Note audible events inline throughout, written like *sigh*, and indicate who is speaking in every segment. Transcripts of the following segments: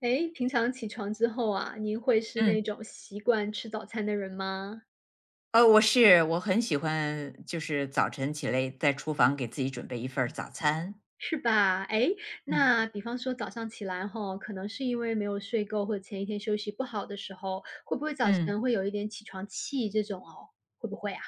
Speaker 1: 诶，平常起床之后啊，您会是那
Speaker 2: 嗯，
Speaker 1: 种习惯吃早餐的人吗？
Speaker 2: 我很喜欢，就是早晨起来在厨房给自己准备一份儿早餐。
Speaker 1: 是吧？诶，
Speaker 2: 嗯
Speaker 1: 那比方说早上起来吼，可能是因为没有睡够，或者前一天休息不好的时候，会不会早
Speaker 2: 嗯。
Speaker 1: 晨会有一点起床气这种哦？会不会啊？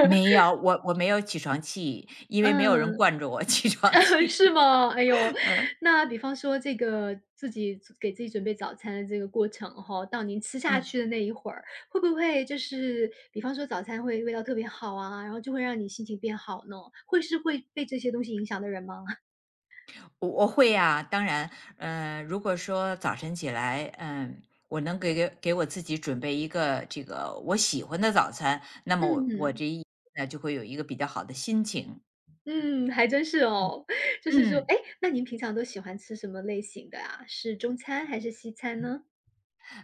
Speaker 2: 没有，我没有起床气，因为没有人
Speaker 1: 嗯。
Speaker 2: 惯着我 *laughs* 起床
Speaker 1: *laughs*
Speaker 2: 气。
Speaker 1: 是吗？哎呦，
Speaker 2: *laughs* 嗯
Speaker 1: 那比方说这个自己给自己准备早餐的这个过程哈，到您吃下
Speaker 2: 嗯，
Speaker 1: 去的那一会儿，会不会就是比方说早餐会味道特别好啊，然后就会让你心情变好呢？会是会被这些东西影响的人吗？*laughs*
Speaker 2: 我会呀、当然，如果说早晨起来，我能给我自己准备一个这个我喜欢的早餐，那么我
Speaker 1: 嗯，
Speaker 2: 这一天呢就会有一个比较好的心情。
Speaker 1: 嗯，还真是
Speaker 2: 嗯
Speaker 1: 哦。*laughs* 就是说，
Speaker 2: 嗯。
Speaker 1: 哎，那您平常都喜欢吃什么类型的啊？是中餐还是西餐呢？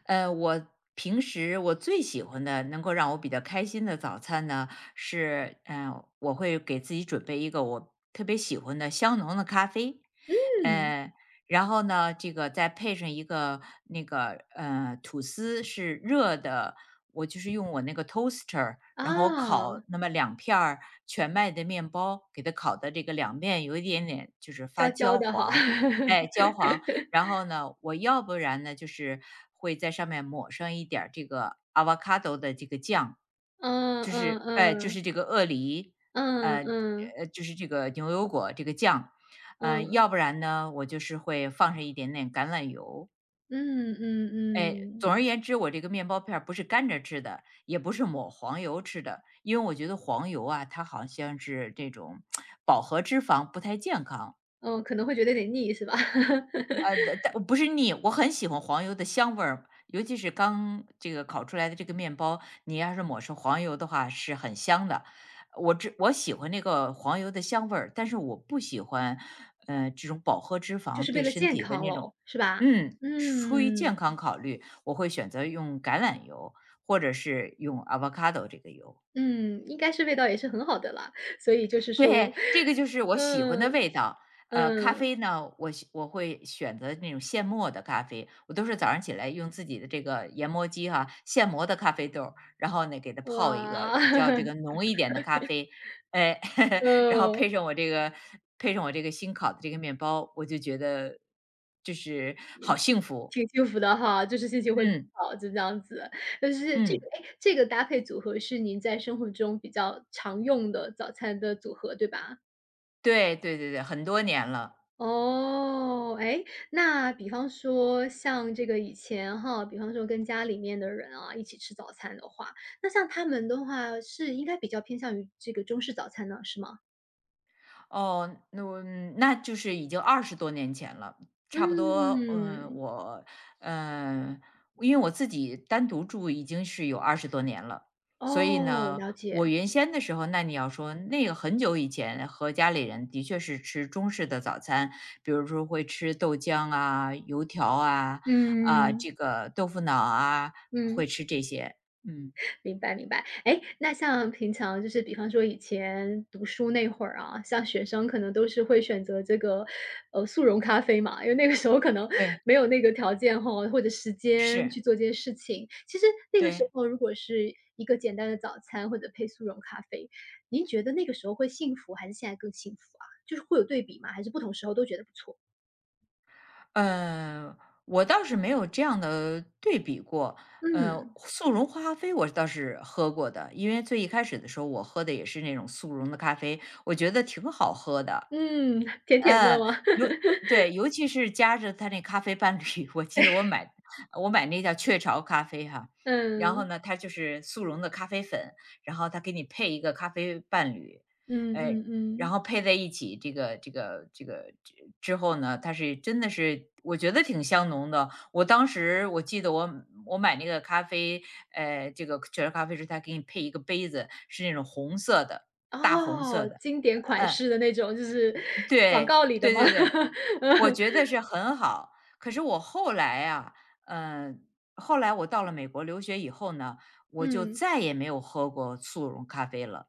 Speaker 2: 呃，我平时我最喜欢的，能够让我比较开心的早餐呢，是，我会给自己准备一个我特别喜欢的香浓的咖啡，
Speaker 1: 嗯，
Speaker 2: 呃，然后呢，这个再配上一个那个吐司是热的，我就是用我那个 toaster，然后我
Speaker 1: 啊，
Speaker 2: 烤那么两片儿全麦的面包，给它烤的这个两面有一点点就是发
Speaker 1: 焦焦
Speaker 2: 焦
Speaker 1: 的哈。
Speaker 2: 黄，哎，
Speaker 1: *laughs*
Speaker 2: 焦黄，然后呢，我要不然呢，就是会在上面抹上一点儿这个 avocado 的这个酱，
Speaker 1: 嗯
Speaker 2: 就
Speaker 1: 嗯
Speaker 2: 是哎，就
Speaker 1: 嗯，
Speaker 2: 是这个鳄梨，
Speaker 1: 嗯
Speaker 2: 呃
Speaker 1: 嗯，
Speaker 2: 就是这个牛油果这个酱，
Speaker 1: 嗯。
Speaker 2: 要不然呢，我就是会放上一点点橄榄油。
Speaker 1: 嗯嗯
Speaker 2: 哎，
Speaker 1: 嗯，
Speaker 2: 总而言之，我这个面包片儿不是干着吃的，也不是抹黄油吃的，因为我觉得黄油啊，它好像是这种饱和脂肪，不太健康。
Speaker 1: 嗯，可能会觉得有点腻是吧？*laughs*
Speaker 2: 但不是腻，我很喜欢黄油的香味儿，尤其是刚这个烤出来的这个面包，你要是抹上黄油的话是很香的。我喜欢那个黄油的香味儿，但是我不喜欢，这种饱和脂
Speaker 1: 就
Speaker 2: 肪
Speaker 1: 是为
Speaker 2: 对
Speaker 1: 了
Speaker 2: 身
Speaker 1: 健
Speaker 2: 体的
Speaker 1: 康
Speaker 2: 那种
Speaker 1: 咯，是吧？
Speaker 2: 嗯，出于健
Speaker 1: 嗯，
Speaker 2: 康考虑，我会选择用橄榄油或者是用 avocado 这个油。
Speaker 1: 嗯，应该是味道也是很好的啦，所以就是说
Speaker 2: 对，这个就是我喜欢的
Speaker 1: 嗯，
Speaker 2: 味道。咖
Speaker 1: 嗯，
Speaker 2: 啡呢，我会选择那种现磨的咖啡，我都是早上起来用自己的这个研磨机哈，现磨的咖啡豆儿然后呢给它泡一个
Speaker 1: 哇，
Speaker 2: 比较
Speaker 1: *laughs*
Speaker 2: 这个浓一点的咖啡，哎，*laughs* 然后
Speaker 1: 嗯，
Speaker 2: 配上我这个新烤的这个面包，我就觉得就是好幸福。
Speaker 1: 挺幸福的哈，就是心情会更
Speaker 2: 嗯
Speaker 1: 好，就这样子。但是这个
Speaker 2: 嗯，
Speaker 1: 哎，这个搭配组合是您在生活中比较常用的早餐的组合，对吧？
Speaker 2: 对对对对，很多年了。
Speaker 1: 哦，哎，那比方说像这个以前哈，比方说跟家里面的人啊一起吃早餐的话，那像他们的话是应该比较偏向于这个中式早餐呢，是吗？
Speaker 2: 哦，那我嗯那就是已经二十多年前了，差不多，
Speaker 1: 嗯，
Speaker 2: 嗯，因为我自己单独住已经是有二十多年了，所以
Speaker 1: 哦，
Speaker 2: 呢，
Speaker 1: 了
Speaker 2: 我
Speaker 1: 解，
Speaker 2: 原先的时候，那你要说那个很久以前和家里人的确是吃中式的早餐，比如说会吃豆浆啊、油条啊、啊，
Speaker 1: 嗯
Speaker 2: 这个豆腐脑啊，会
Speaker 1: 嗯。
Speaker 2: 吃这些。嗯，
Speaker 1: 明白明白，哎，那像平常就是比方说以前读书那会儿啊，像学生可能都是会选择这个，速溶咖啡嘛，因为那个时候可能
Speaker 2: 对，
Speaker 1: 没有那个条件哈，或者时间
Speaker 2: 是，
Speaker 1: 去做这些事情。其实那个时
Speaker 2: 对。
Speaker 1: 候如果是一个简单的早餐或者配速溶咖啡，您觉得那个时候会幸福还是现在更幸福啊？就是会有对比吗？还是不同时候都觉得不错？
Speaker 2: 呃，我倒是没有这样的对比过。
Speaker 1: 嗯，
Speaker 2: 速溶花咖啡我倒是喝过的，因为最一开始的时候我喝的也是那种速溶的咖啡，我觉得挺好喝的。
Speaker 1: 嗯，*laughs* 甜甜的
Speaker 2: 嗯，
Speaker 1: 吗？
Speaker 2: 尤
Speaker 1: *laughs*
Speaker 2: 对，尤其是加着它那咖啡伴侣，我记得我买那叫雀巢咖啡哈，然后
Speaker 1: 嗯，
Speaker 2: 呢，它就是速溶的咖啡粉，然后它给你配一个咖啡伴侣，
Speaker 1: 嗯
Speaker 2: 呃，
Speaker 1: 嗯
Speaker 2: 然
Speaker 1: 嗯。
Speaker 2: 后配在一起，这个之后呢，它是真的是我觉得挺香浓的。我当时我记得我买那个咖啡，这个雀巢咖啡是它给你配一个杯子，是那种红色的，大红色
Speaker 1: 哦，
Speaker 2: 的，
Speaker 1: 经典款
Speaker 2: 嗯。
Speaker 1: 式的那种，就是广
Speaker 2: 对，
Speaker 1: 告里的
Speaker 2: 对
Speaker 1: 吗？
Speaker 2: 对对，我觉得
Speaker 1: *laughs*
Speaker 2: 是很好。可是我后来啊，呃，后来我到了美国留学以后呢，我就
Speaker 1: 嗯，
Speaker 2: 再也没有喝过速溶咖啡了。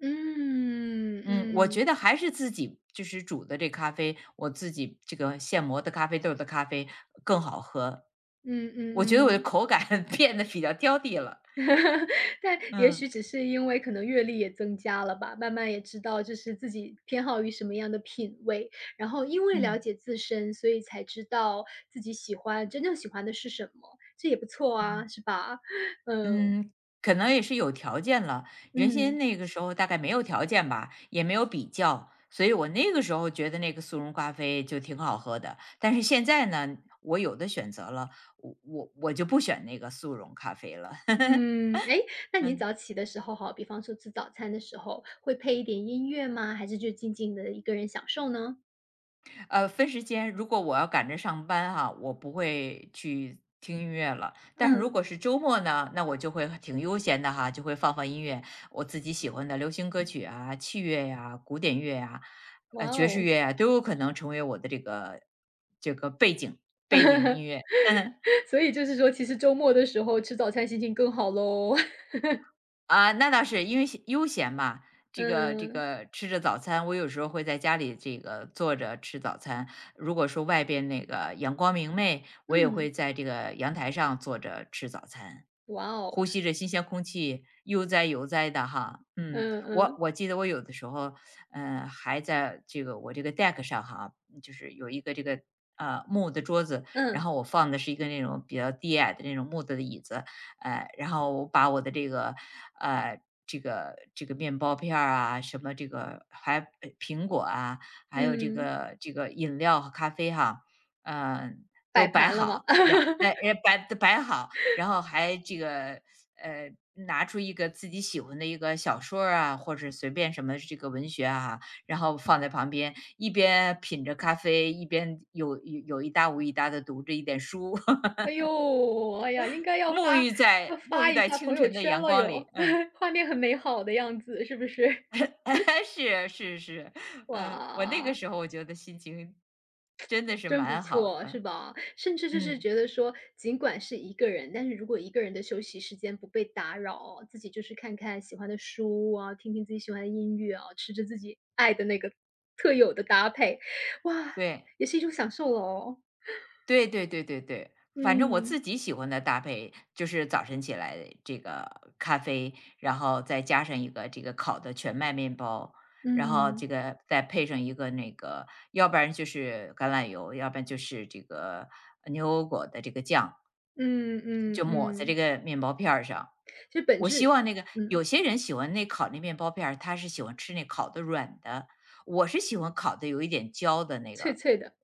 Speaker 1: 嗯，
Speaker 2: 嗯，我觉
Speaker 1: 嗯，
Speaker 2: 得还是自己就是煮的这咖啡，我自己这个现磨的咖啡豆的咖啡更好喝。
Speaker 1: 嗯
Speaker 2: 我觉
Speaker 1: 嗯
Speaker 2: 得我的
Speaker 1: 嗯。
Speaker 2: 口感 *laughs* 变得比较挑剔了。
Speaker 1: *laughs* 但也
Speaker 2: 嗯
Speaker 1: 许只是因为可能阅历也增加了吧，慢慢也知道就是自己偏好于什么样的品味，然后因为了
Speaker 2: 嗯
Speaker 1: 解自身，所以才知道自己喜欢真正喜欢的是什么，这也不错
Speaker 2: 嗯。
Speaker 1: 啊，是吧？*laughs* 嗯，
Speaker 2: 嗯，可能也是有条件了。原
Speaker 1: 嗯。
Speaker 2: 先那个时候大概没有条件吧，也没有比较，所以我那个时候觉得那个速溶咖啡就挺好喝的。但是现在呢，我有的选择了，我就不选那个速溶咖啡了。*laughs*
Speaker 1: 嗯，哎，那您
Speaker 2: 嗯。
Speaker 1: 早起的时候哈，比方说吃早餐的时候，会配一点音乐吗？还是就静静的一个人享受呢？
Speaker 2: 分时间，如果我要赶着上班哈，我不会去听音乐了。但是如
Speaker 1: 嗯，
Speaker 2: 果是周末呢，那我就会挺悠闲的哈，就会放放音乐，我自己喜欢的流行歌曲啊、器乐呀、古典乐呀、
Speaker 1: 哇
Speaker 2: 爵士
Speaker 1: 哦，
Speaker 2: 乐呀，都有可能成为我的这个背景音乐。*laughs*
Speaker 1: *laughs* 所以就是说其实周末的时候吃早餐心情更好喽。*laughs*
Speaker 2: 啊，那倒是，因为悠闲嘛，这个这
Speaker 1: 嗯，
Speaker 2: 个吃着早餐，我有时候会在家里这个坐着吃早餐。如果说外边那个阳光明媚，我也
Speaker 1: 嗯，
Speaker 2: 会在这个阳台上坐着吃早餐。
Speaker 1: 哇哦，
Speaker 2: 呼吸着新鲜空气，悠哉悠哉的哈。嗯，
Speaker 1: 嗯
Speaker 2: 我
Speaker 1: 嗯，
Speaker 2: 我记得我有的时候，还在我这个 deck 上哈，就是有一个这个木的桌子，然
Speaker 1: 嗯，
Speaker 2: 后我放的是一个那种比较低矮的那种木头的椅子，然后我把我的这个呃。这个面包片儿啊，什么这个还苹果啊，还有这
Speaker 1: 嗯，
Speaker 2: 个这个饮料和咖啡哈，嗯、
Speaker 1: 摆
Speaker 2: 都摆
Speaker 1: 盘了吗？
Speaker 2: 好，然哎哎，
Speaker 1: *laughs*
Speaker 2: 摆摆好，然后还这个，拿出一个自己喜欢的一个小说儿啊，或者随便什么这个文学啊，然后放在旁边，一边品着咖啡，一边有一搭无一搭的读着一点书，*laughs*
Speaker 1: 哎呦，哎呀，应该要
Speaker 2: 沐
Speaker 1: 发
Speaker 2: 浴
Speaker 1: 要
Speaker 2: 在沐
Speaker 1: 发
Speaker 2: 浴
Speaker 1: 一
Speaker 2: 在
Speaker 1: 下朋
Speaker 2: 清
Speaker 1: 友
Speaker 2: 晨的
Speaker 1: 圈
Speaker 2: 阳
Speaker 1: 了
Speaker 2: 光里，
Speaker 1: 哟，
Speaker 2: 嗯，
Speaker 1: *laughs* 画面很美好的样子，是不是？
Speaker 2: *laughs* 是是是，
Speaker 1: *laughs*
Speaker 2: 我那个
Speaker 1: 哇。
Speaker 2: 时候我觉得心情真的是
Speaker 1: 真不
Speaker 2: 蛮好
Speaker 1: 错，是
Speaker 2: 的，
Speaker 1: 吧？甚至就是
Speaker 2: 嗯，
Speaker 1: 觉得说，尽管是一个人，但是如果一个人的休息时间不被打扰哦，自己就是看看喜欢的书啊，听听自己喜欢的音乐啊，吃着自己爱的那个特有的搭配，哇，
Speaker 2: 对。
Speaker 1: 也是一种享受了哦。
Speaker 2: 对对对对对，反正我
Speaker 1: 嗯，
Speaker 2: 自己喜欢的搭配就是早晨起来这个咖啡，然后再加上一个这个烤的全麦面包，然后
Speaker 1: 嗯，
Speaker 2: 这个再配上一个那个，要不然就是橄榄油，要不然就是这个牛油果的这个酱，
Speaker 1: 嗯嗯
Speaker 2: 就抹在这
Speaker 1: 嗯，
Speaker 2: 个面包片儿上。
Speaker 1: 其实本
Speaker 2: 我希
Speaker 1: 质
Speaker 2: 望那个有
Speaker 1: 嗯，
Speaker 2: 些人喜欢那烤那面包片儿，他是喜欢吃那烤的软的，我是喜欢烤的有一点焦的那
Speaker 1: 脆
Speaker 2: 个。
Speaker 1: 脆的，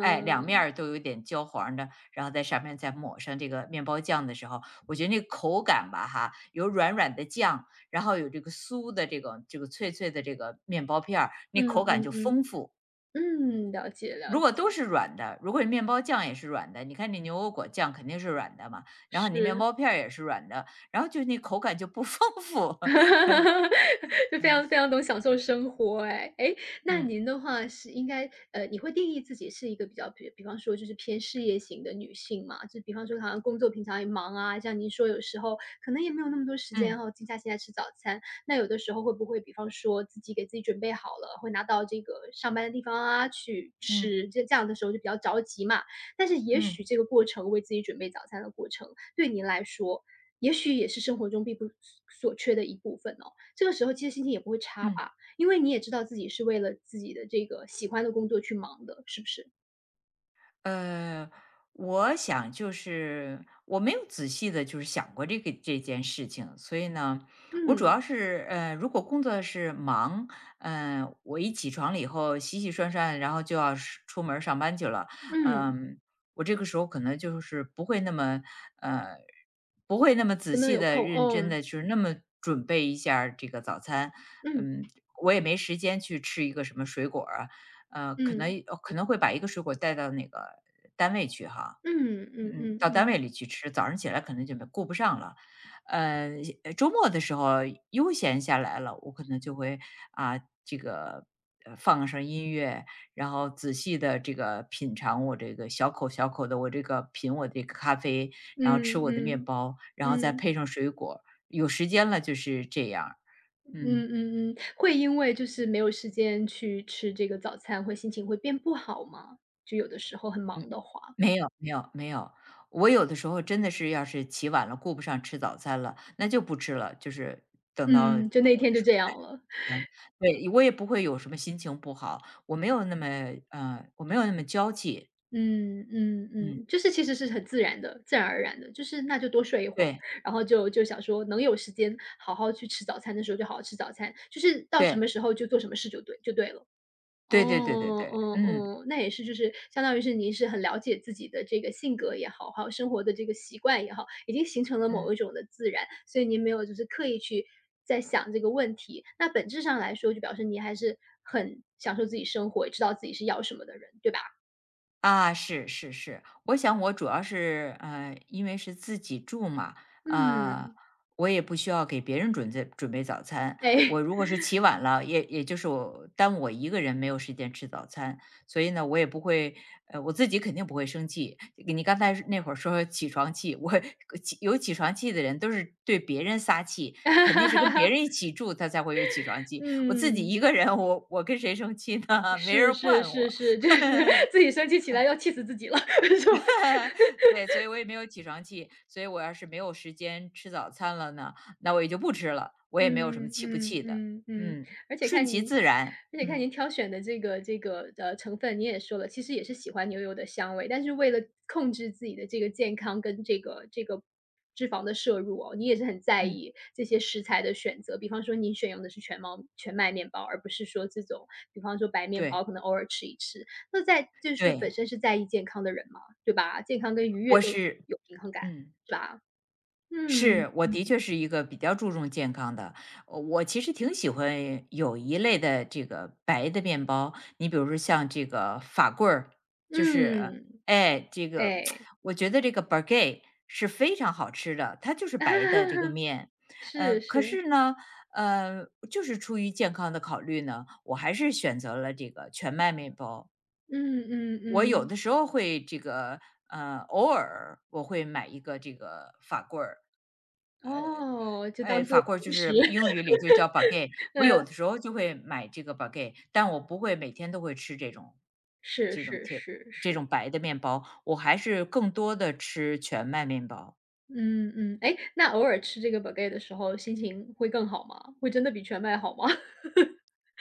Speaker 2: 哎，两面儿都有点焦黄的，然后在上面再抹上这个面包酱的时候，我觉得那口感吧，哈，有软软的酱，然后有这个酥的这个脆脆的这个面包片儿，那
Speaker 1: 嗯
Speaker 2: 口感
Speaker 1: 嗯
Speaker 2: 就
Speaker 1: 嗯，
Speaker 2: 丰富。
Speaker 1: 嗯，了解了
Speaker 2: 如果都
Speaker 1: 解，
Speaker 2: 是软的，如果你面包酱也是软的，你看那牛油果酱肯定是软的嘛，然后你面
Speaker 1: 是。
Speaker 2: 包片儿也是软的，然后就那口感就不 *laughs* 丰富。*laughs*
Speaker 1: *laughs* 就非常非常懂享受生活哎哎。诶，那
Speaker 2: 嗯
Speaker 1: 您的话是应该你会定义自己是一个比较比比方说就是偏事业型的女性嘛？就比方说好像工作平常也忙啊，像您说有时候可能也没有那么多时间
Speaker 2: 嗯
Speaker 1: 哦，静下心来吃早餐。那有的时候会不会比方说自己给自己准备好了，会拿到这个上班的地方啊去
Speaker 2: 嗯
Speaker 1: 吃，这样的时候就比较着急嘛。但是也
Speaker 2: 嗯
Speaker 1: 许这个过程为自己准备早餐的过程，对您来说也许也是生活中必不所缺的一部分哦。这个时候其实心情也不会差
Speaker 2: 嗯，
Speaker 1: 吧，因为你也知道自己是为了自己的这个喜欢的工作去忙的，是不是？
Speaker 2: 呃，我想就是我没有仔细的，就是想过这个这件事情，所以呢，我主
Speaker 1: 嗯，
Speaker 2: 要是如果工作是忙，我一起床了以后洗洗涮涮，然后就要是出门儿上班去了，
Speaker 1: 嗯，
Speaker 2: 嗯、我这个时候可能就是呃，不会那么仔
Speaker 1: 不能
Speaker 2: 细
Speaker 1: 有
Speaker 2: 的、
Speaker 1: 空，
Speaker 2: 认真
Speaker 1: 嗯，
Speaker 2: 的，就是那么准备一下儿这个早餐，
Speaker 1: 嗯，
Speaker 2: 嗯，我也没时间去吃一个什么水果儿啊。呃，可
Speaker 1: 嗯，
Speaker 2: 能哦可能会把一个水果带到那个单位去哈，
Speaker 1: 嗯，嗯，
Speaker 2: 嗯，到单
Speaker 1: 嗯，
Speaker 2: 位里去吃，早上起来可能就没顾不上了。呃，周末的时候悠闲下来了，我可能就会啊，这个放上音乐，然后仔细的这个品尝我这个小口小口的我这个品我这个咖啡，
Speaker 1: 嗯，
Speaker 2: 然后吃
Speaker 1: 嗯，嗯，嗯，
Speaker 2: 我的面
Speaker 1: 嗯，
Speaker 2: 包，然后再配上水果。有时间了就是这样
Speaker 1: 嗯，
Speaker 2: 嗯。
Speaker 1: 嗯，嗯会因为就是没有时间去吃这个早餐，会心情会变不好吗？就有的时候很忙
Speaker 2: 嗯，
Speaker 1: 的话，
Speaker 2: 没有没有没有，我有的时候真的是要是起晚了，顾不上吃早餐了，那就不吃了，就是等到中
Speaker 1: 嗯，就那一
Speaker 2: 午
Speaker 1: 天
Speaker 2: 的
Speaker 1: 就
Speaker 2: 时
Speaker 1: 这
Speaker 2: 候
Speaker 1: 样了。
Speaker 2: 再对，我也不会有什么心情不好，我没有那么我没有那么娇气。
Speaker 1: 嗯嗯
Speaker 2: 嗯，
Speaker 1: 嗯，就是其实是很自然的，自然而然的，就是那就多睡一会儿，
Speaker 2: 对，
Speaker 1: 然后就想说能有时间好好去吃早餐的时候就好好吃早餐，就是到什
Speaker 2: 对，
Speaker 1: 么时候就做什么事就对了。哦，
Speaker 2: 对对对对对，
Speaker 1: 哦
Speaker 2: 嗯，
Speaker 1: 哦，那也是就是相当于是您是很了解自己的这个性格也好，还有生活的这个习惯也好，已经形成了
Speaker 2: 嗯。
Speaker 1: 某一种的自然，所以您没有就是刻意去在想这个问题。那本质上来说，就表示您还是很享受自己生活，也知道自己是要什么的人，对吧？
Speaker 2: 啊，是是是，我想我主要是因为是自己住嘛，呃，
Speaker 1: 嗯。
Speaker 2: 我也不需要给别人准备早餐。我如果是起晚了，也就是我耽误我一个人没有时间吃早餐，所以呢，我也不会，呃，我自己肯定不会生气。你刚才那会儿说起床气，我 *laughs* 有起床气的人都是对别人撒气，
Speaker 1: 哈
Speaker 2: 肯定
Speaker 1: 哈
Speaker 2: 是跟别
Speaker 1: 哈，
Speaker 2: 人一起住，他才会有起床
Speaker 1: *laughs*
Speaker 2: 气。我自己
Speaker 1: 嗯，
Speaker 2: 一个人，我跟谁生气呢？*laughs* 没
Speaker 1: 是
Speaker 2: 人
Speaker 1: 是
Speaker 2: 惯
Speaker 1: 是
Speaker 2: 我。
Speaker 1: 是，就是 *laughs*
Speaker 2: *laughs*
Speaker 1: 自己生气起来要气死自己了，*laughs* 是吧？
Speaker 2: *laughs* 对，所以我也没有起床气，所以我要是没有时间吃早餐了呢，那我也就不吃了，我也没有什
Speaker 1: 嗯
Speaker 2: 么气不
Speaker 1: 嗯
Speaker 2: 气的，
Speaker 1: 嗯嗯，
Speaker 2: 嗯，
Speaker 1: 而且
Speaker 2: 顺
Speaker 1: 看
Speaker 2: 其
Speaker 1: 您
Speaker 2: 自然，
Speaker 1: 而且看
Speaker 2: 嗯
Speaker 1: 您挑选的这个这个，成分，您也说了，其实也是喜欢牛油的香味，但是为了控制自己的这个健康跟这个这个脂肪的摄入哦，你也是很在
Speaker 2: 嗯，
Speaker 1: 意这些食材的选择。比方说您选用的是全毛全麦面包，而不是说这种比方说白面包
Speaker 2: 对
Speaker 1: 可能偶尔吃一吃。那在就是说
Speaker 2: 对，
Speaker 1: 本身是在意健康的人嘛，对吧？健康跟愉悦
Speaker 2: 我
Speaker 1: 都
Speaker 2: 是
Speaker 1: 有平衡感，
Speaker 2: 嗯。
Speaker 1: 是吧？嗯，
Speaker 2: 是，我的确是一个比较注重健康的。呃我其实挺喜欢有一类的这个白的面包，你比如说像这个法棍儿，就是
Speaker 1: 嗯，
Speaker 2: 哎，这个
Speaker 1: 哎。
Speaker 2: *tsk* 我觉得这个 baguette 是非常好吃的，它就是
Speaker 1: *laughs* 哈
Speaker 2: 白的这个
Speaker 1: 哈，
Speaker 2: 面。呃，
Speaker 1: 是
Speaker 2: 可
Speaker 1: 是，
Speaker 2: 是呢，呃，就是出于健康的考虑呢，我还是选择了这个全麦面包。
Speaker 1: 嗯嗯
Speaker 2: 我有
Speaker 1: 嗯，
Speaker 2: 的时候会这个，呃，偶尔我会买一个这个法棍儿，
Speaker 1: 哦，就当
Speaker 2: 哎，
Speaker 1: 做
Speaker 2: 法棍儿
Speaker 1: 零
Speaker 2: 就
Speaker 1: 食，
Speaker 2: 是英语里就叫 baguette，
Speaker 1: *laughs*
Speaker 2: 我
Speaker 1: 嗯，
Speaker 2: 有的时候就会买这个 baguette，但我不会每天都会吃这种
Speaker 1: 是
Speaker 2: 这种
Speaker 1: 是
Speaker 2: 甜
Speaker 1: 是
Speaker 2: 这
Speaker 1: 是，
Speaker 2: 种白的面包，我还是更多的吃全麦面包。
Speaker 1: 嗯嗯，哎，那偶尔吃这个 baguette 的时候，心情会更好吗？会真的比全麦好吗？*laughs*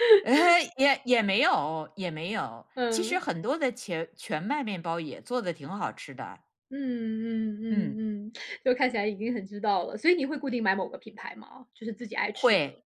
Speaker 2: *laughs* 哎，也也没有也没有，其实
Speaker 1: 嗯，
Speaker 2: 很多的全麦面包也做的挺好吃的，
Speaker 1: 嗯嗯
Speaker 2: 嗯。
Speaker 1: 嗯嗯，就看起来已经很知道了，所以你会固定买某个品牌吗？就是自己爱吃的？
Speaker 2: 会，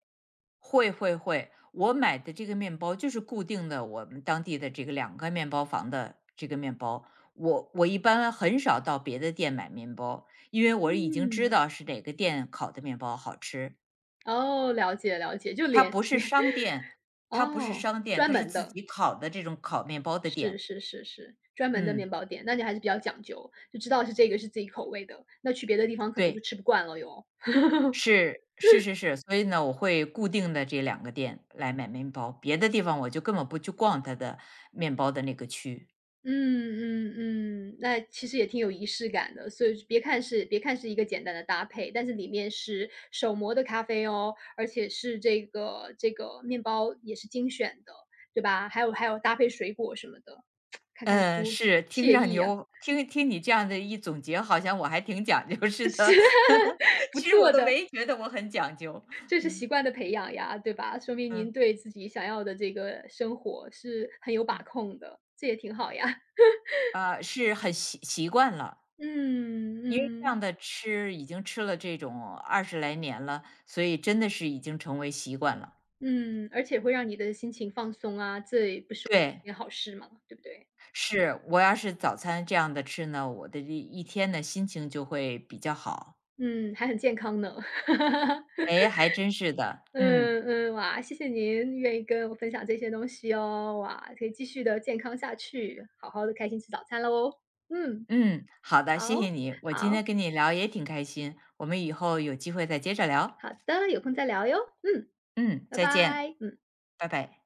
Speaker 2: 会，我买的这个面包就是固定的，我们当地的这个两个面包房的这个面包。我一般很少到别的店买面包，因为我已经知
Speaker 1: 嗯，
Speaker 2: 道是哪个店烤的面包好吃。
Speaker 1: 哦，了解了解，就
Speaker 2: 它
Speaker 1: 连
Speaker 2: 不是
Speaker 1: 连
Speaker 2: 商店，它不是
Speaker 1: 哦，
Speaker 2: 商店，
Speaker 1: 专
Speaker 2: 它是
Speaker 1: 门
Speaker 2: 自
Speaker 1: 的。
Speaker 2: 己烤的这种烤面包的
Speaker 1: 是
Speaker 2: 店。
Speaker 1: 是是是，专门的面
Speaker 2: 嗯，
Speaker 1: 包店，那你还是比较讲究，就知道是这个是自己口味的，那去别的地方可能就
Speaker 2: 对，
Speaker 1: 吃不惯了哟。*laughs*
Speaker 2: 是是是是，所以呢，我会固定的这两个店来买面包，别的地方我就根本不去逛它的面包的那个区。
Speaker 1: 嗯嗯嗯，那其实也挺有仪式感的，所以就别看是一个简单的搭配，但是里面是手磨的咖啡哦，而且是这个这个面包也是精选的，对吧？还有还有搭配水果什么的，*tsk* 看看
Speaker 2: 嗯，
Speaker 1: 书，
Speaker 2: 是，听
Speaker 1: 惬
Speaker 2: 上你
Speaker 1: 意啊，
Speaker 2: 又听听你这样的一总结，好像我还挺讲究
Speaker 1: *laughs*
Speaker 2: 似
Speaker 1: 是
Speaker 2: 的。*laughs*
Speaker 1: *laughs* 不
Speaker 2: 其实我
Speaker 1: 错
Speaker 2: 都
Speaker 1: 的。
Speaker 2: 没觉得我很讲究。
Speaker 1: 这是习
Speaker 2: 嗯
Speaker 1: 惯的培养呀，对吧？说明
Speaker 2: 嗯
Speaker 1: 您对自己想要的这个生活是很有
Speaker 2: 嗯，
Speaker 1: 把控的，这也挺好呀。*laughs*
Speaker 2: 啊，是很习惯了，
Speaker 1: 嗯
Speaker 2: 因为这
Speaker 1: 嗯
Speaker 2: 样的吃已经吃了这种20来年了，所以真的是已经成为习惯了。
Speaker 1: 嗯，而且会让你的心情放松啊，这也不是
Speaker 2: 对，
Speaker 1: 件好事嘛，对不对？
Speaker 2: 是，我要是早餐这样的吃呢，我的这一天呢心情就会比较好。
Speaker 1: 嗯，还很健康呢。*laughs*
Speaker 2: 哎，还真是的，嗯。
Speaker 1: 嗯嗯，哇，谢谢您愿意跟我分享这些东西哦，哇，可以继续的健康下去，好好的开心吃早餐喽。嗯，
Speaker 2: 嗯，好的，
Speaker 1: 好，
Speaker 2: 谢谢你，我今天
Speaker 1: 好，
Speaker 2: 跟你聊也挺开心，我们以后有机会再接着聊。
Speaker 1: 好的，有空再聊哟。嗯，
Speaker 2: 嗯，
Speaker 1: 拜
Speaker 2: 再见，
Speaker 1: 拜，嗯。
Speaker 2: 拜拜。